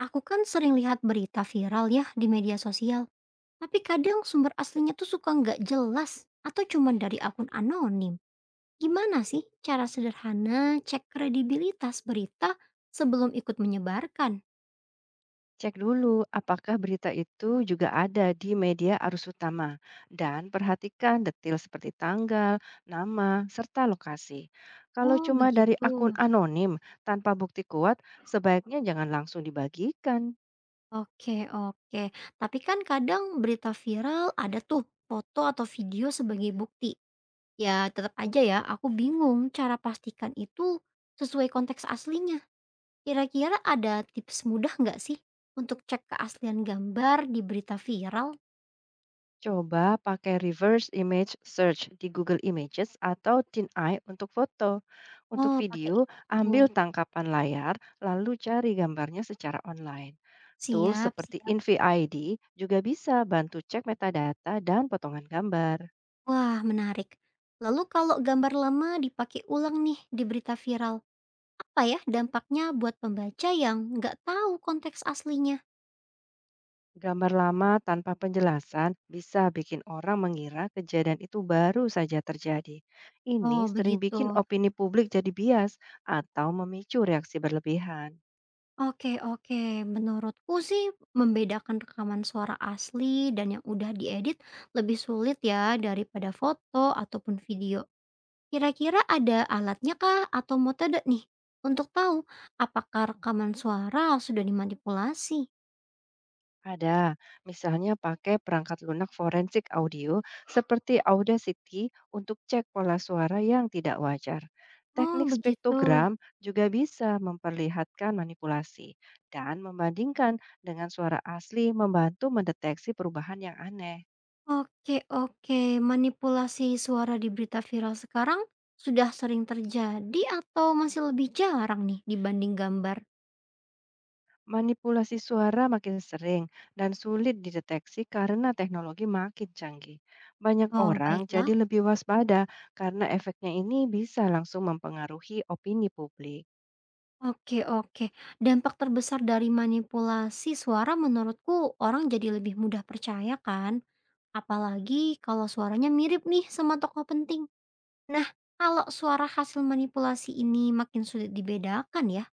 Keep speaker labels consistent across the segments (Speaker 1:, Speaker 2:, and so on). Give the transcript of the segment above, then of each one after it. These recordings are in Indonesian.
Speaker 1: Aku kan sering lihat berita viral ya di media sosial, tapi kadang sumber aslinya tuh suka nggak jelas atau cuma dari akun anonim. Gimana sih cara sederhana cek kredibilitas berita sebelum ikut menyebarkan?
Speaker 2: Cek dulu apakah berita itu juga ada di media arus utama dan perhatikan detail seperti tanggal, nama, serta lokasi. Kalau
Speaker 1: Oh
Speaker 2: cuma dari
Speaker 1: begitu.
Speaker 2: akun anonim tanpa bukti kuat, sebaiknya jangan langsung dibagikan.
Speaker 1: Oke oke. Tapi kan kadang berita viral ada tuh foto atau video sebagai bukti. Ya tetap aja ya aku bingung cara pastikan itu sesuai konteks aslinya. Kira-kira ada tips mudah nggak sih untuk cek keaslian gambar di berita viral?
Speaker 2: Coba pakai reverse image search di Google Images atau TinEye untuk foto. Untuk
Speaker 1: Oh, pakai
Speaker 2: video, ambil
Speaker 1: itu.
Speaker 2: tangkapan layar lalu cari gambarnya secara online. Tools
Speaker 1: Siap,
Speaker 2: seperti
Speaker 1: siap.
Speaker 2: InVID juga bisa bantu cek metadata dan potongan gambar.
Speaker 1: Wah, menarik. Lalu kalau gambar lama dipakai ulang nih di berita viral, apa ya dampaknya buat pembaca yang nggak tahu konteks aslinya?
Speaker 2: Gambar lama tanpa penjelasan bisa bikin orang mengira kejadian itu baru saja terjadi. Ini
Speaker 1: Oh,
Speaker 2: sering
Speaker 1: begitu.
Speaker 2: bikin opini publik jadi bias atau memicu reaksi berlebihan.
Speaker 1: Oke, oke. Menurutku sih membedakan rekaman suara asli dan yang udah diedit lebih sulit ya daripada foto ataupun video. Kira-kira ada alatnya kah atau metode nih untuk tahu apakah rekaman suara sudah dimanipulasi?
Speaker 2: Ada, misalnya pakai perangkat lunak forensik audio seperti Audacity untuk cek pola suara yang tidak wajar.
Speaker 1: Oh
Speaker 2: Teknik
Speaker 1: begitu.
Speaker 2: spektogram juga bisa memperlihatkan manipulasi dan membandingkan dengan suara asli membantu mendeteksi perubahan yang aneh.
Speaker 1: Oke oke, manipulasi suara di berita viral sekarang sudah sering terjadi atau masih lebih jarang nih dibanding gambar?
Speaker 2: Manipulasi suara makin sering dan sulit dideteksi karena teknologi makin canggih. Banyak
Speaker 1: Oh
Speaker 2: orang
Speaker 1: baiklah.
Speaker 2: jadi lebih waspada karena efeknya ini bisa langsung mempengaruhi opini publik.
Speaker 1: Oke oke, dampak terbesar dari manipulasi suara menurutku orang jadi lebih mudah percaya kan? Apalagi kalau suaranya mirip nih sama tokoh penting. Nah, kalau suara hasil manipulasi ini makin sulit dibedakan ya,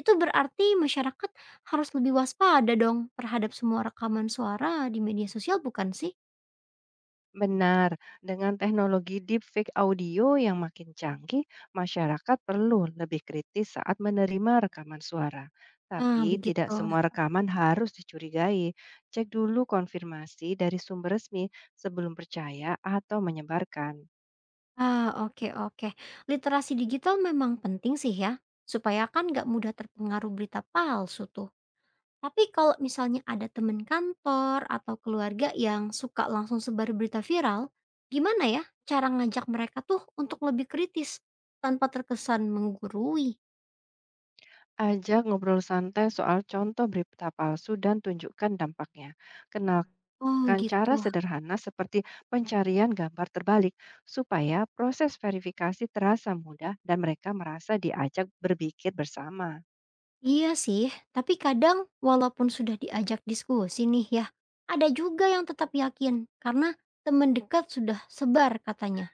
Speaker 1: itu berarti masyarakat harus lebih waspada dong terhadap semua rekaman suara di media sosial bukan sih?
Speaker 2: Benar, dengan teknologi deepfake audio yang makin canggih, masyarakat perlu lebih kritis saat menerima rekaman suara.
Speaker 1: Ah,
Speaker 2: Tapi tidak
Speaker 1: begitu.
Speaker 2: semua rekaman harus dicurigai. Cek dulu konfirmasi dari sumber resmi sebelum percaya atau menyebarkan.
Speaker 1: Ah, oke oke. Literasi digital memang penting sih ya, supaya kan nggak mudah terpengaruh berita palsu tuh. Tapi kalau misalnya ada teman kantor atau keluarga yang suka langsung sebar berita viral, gimana ya cara ngajak mereka tuh untuk lebih kritis tanpa terkesan menggurui?
Speaker 2: Ajak ngobrol santai soal contoh berita palsu dan tunjukkan dampaknya. Kenal.
Speaker 1: Oh
Speaker 2: Gunakan
Speaker 1: gitu.
Speaker 2: cara sederhana seperti pencarian gambar terbalik supaya proses verifikasi terasa mudah dan mereka merasa diajak berpikir bersama.
Speaker 1: Iya sih, tapi kadang walaupun sudah diajak diskusi nih ya, ada juga yang tetap yakin karena teman dekat sudah sebar katanya.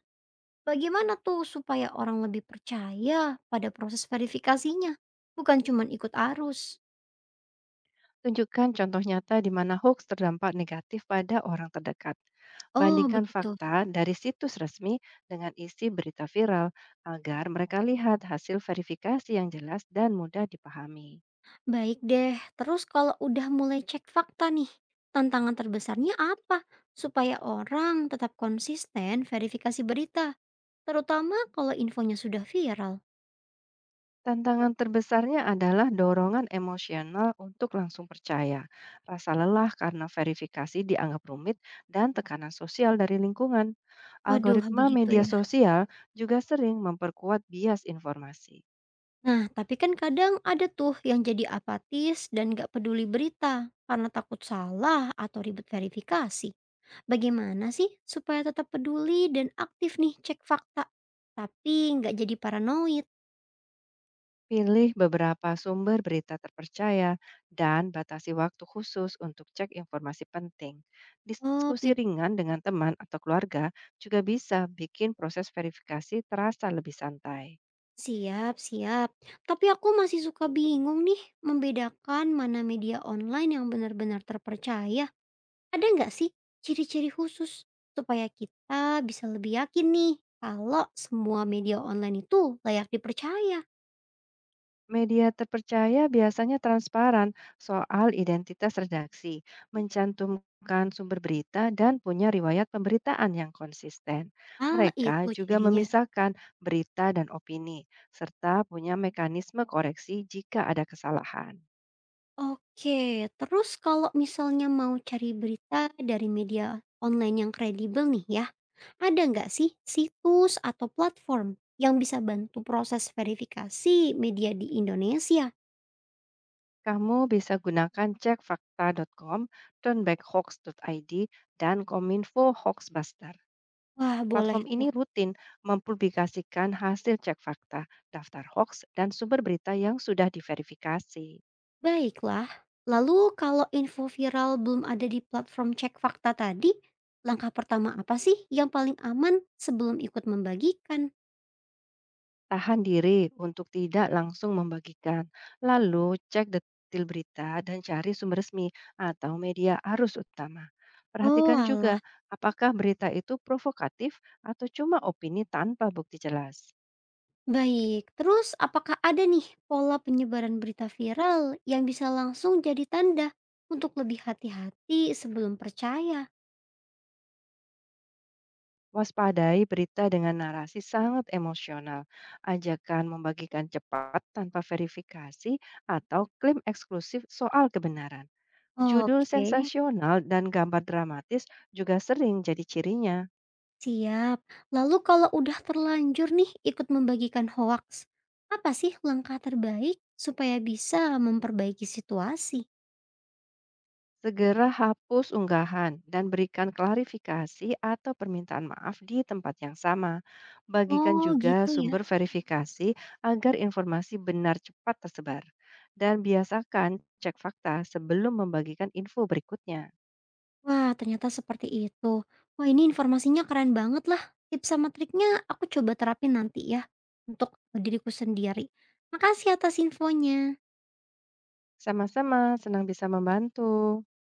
Speaker 1: Bagaimana tuh supaya orang lebih percaya pada proses verifikasinya, bukan cuma ikut arus?
Speaker 2: Tunjukkan contoh nyata di mana hoax terdampak negatif pada orang terdekat.
Speaker 1: Oh
Speaker 2: Bandingkan
Speaker 1: begitu.
Speaker 2: fakta dari situs resmi dengan isi berita viral agar mereka lihat hasil verifikasi yang jelas dan mudah dipahami.
Speaker 1: Baik deh, terus kalau udah mulai cek fakta nih, tantangan terbesarnya apa? Supaya orang tetap konsisten verifikasi berita, terutama kalau infonya sudah viral.
Speaker 2: Tantangan terbesarnya adalah dorongan emosional untuk langsung percaya, rasa lelah karena verifikasi dianggap rumit, dan tekanan sosial dari lingkungan.
Speaker 1: Waduh,
Speaker 2: Algoritma
Speaker 1: begitu
Speaker 2: media
Speaker 1: ya.
Speaker 2: sosial juga sering memperkuat bias informasi.
Speaker 1: Nah, tapi kan kadang ada tuh yang jadi apatis dan gak peduli berita karena takut salah atau ribet verifikasi. Bagaimana sih supaya tetap peduli dan aktif nih cek fakta, tapi nggak jadi paranoid?
Speaker 2: Pilih beberapa sumber berita terpercaya dan batasi waktu khusus untuk cek informasi penting.
Speaker 1: Oh,
Speaker 2: Diskusi ringan dengan teman atau keluarga juga bisa bikin proses verifikasi terasa lebih santai.
Speaker 1: siap, siap. Tapi aku masih suka bingung nih membedakan mana media online yang benar-benar terpercaya. Ada nggak sih ciri-ciri khusus supaya kita bisa lebih yakin nih kalau semua media online itu layak dipercaya?
Speaker 2: Media terpercaya biasanya transparan soal identitas redaksi, mencantumkan sumber berita, dan punya riwayat pemberitaan yang konsisten.
Speaker 1: Ah,
Speaker 2: Mereka
Speaker 1: itu
Speaker 2: juga
Speaker 1: cirinya.
Speaker 2: memisahkan berita dan opini, serta punya mekanisme koreksi jika ada kesalahan.
Speaker 1: Oke, terus kalau misalnya mau cari berita dari media online yang kredibel nih ya, ada nggak sih situs atau platform yang bisa bantu proses verifikasi media di Indonesia?
Speaker 2: Kamu bisa gunakan cekfakta.com, turnbackhoax.id, dan kominfo hoaxbuster.
Speaker 1: Wah, boleh
Speaker 2: Platform ini
Speaker 1: tuh.
Speaker 2: rutin mempublikasikan hasil cek fakta, daftar hoax, dan sumber berita yang sudah diverifikasi.
Speaker 1: Baiklah. Lalu kalau info viral belum ada di platform cek fakta tadi, langkah pertama apa sih yang paling aman sebelum ikut membagikan?
Speaker 2: Tahan diri untuk tidak langsung membagikan, lalu cek detail berita dan cari sumber resmi atau media arus utama.
Speaker 1: Oh,
Speaker 2: Perhatikan juga
Speaker 1: alah.
Speaker 2: apakah berita itu provokatif atau cuma opini tanpa bukti jelas.
Speaker 1: Baik, terus apakah ada nih pola penyebaran berita viral yang bisa langsung jadi tanda untuk lebih hati-hati sebelum percaya?
Speaker 2: Waspadai berita dengan narasi sangat emosional, ajakan membagikan cepat tanpa verifikasi, atau klaim eksklusif soal kebenaran. Judul
Speaker 1: Oke,
Speaker 2: sensasional dan gambar dramatis juga sering jadi cirinya.
Speaker 1: siap. Lalu kalau udah terlanjur nih ikut membagikan hoaks, apa sih langkah terbaik supaya bisa memperbaiki situasi?
Speaker 2: Segera hapus unggahan dan berikan klarifikasi atau permintaan maaf di tempat yang sama. Bagikan
Speaker 1: Oh,
Speaker 2: juga
Speaker 1: gitu
Speaker 2: sumber
Speaker 1: ya.
Speaker 2: verifikasi agar informasi benar cepat tersebar. Dan biasakan cek fakta sebelum membagikan info berikutnya.
Speaker 1: Wah, ternyata seperti itu. Wah, ini informasinya keren banget lah. Tips sama triknya aku coba terapin nanti ya untuk diriku sendiri. Makasih atas infonya.
Speaker 2: Sama-sama, senang bisa membantu.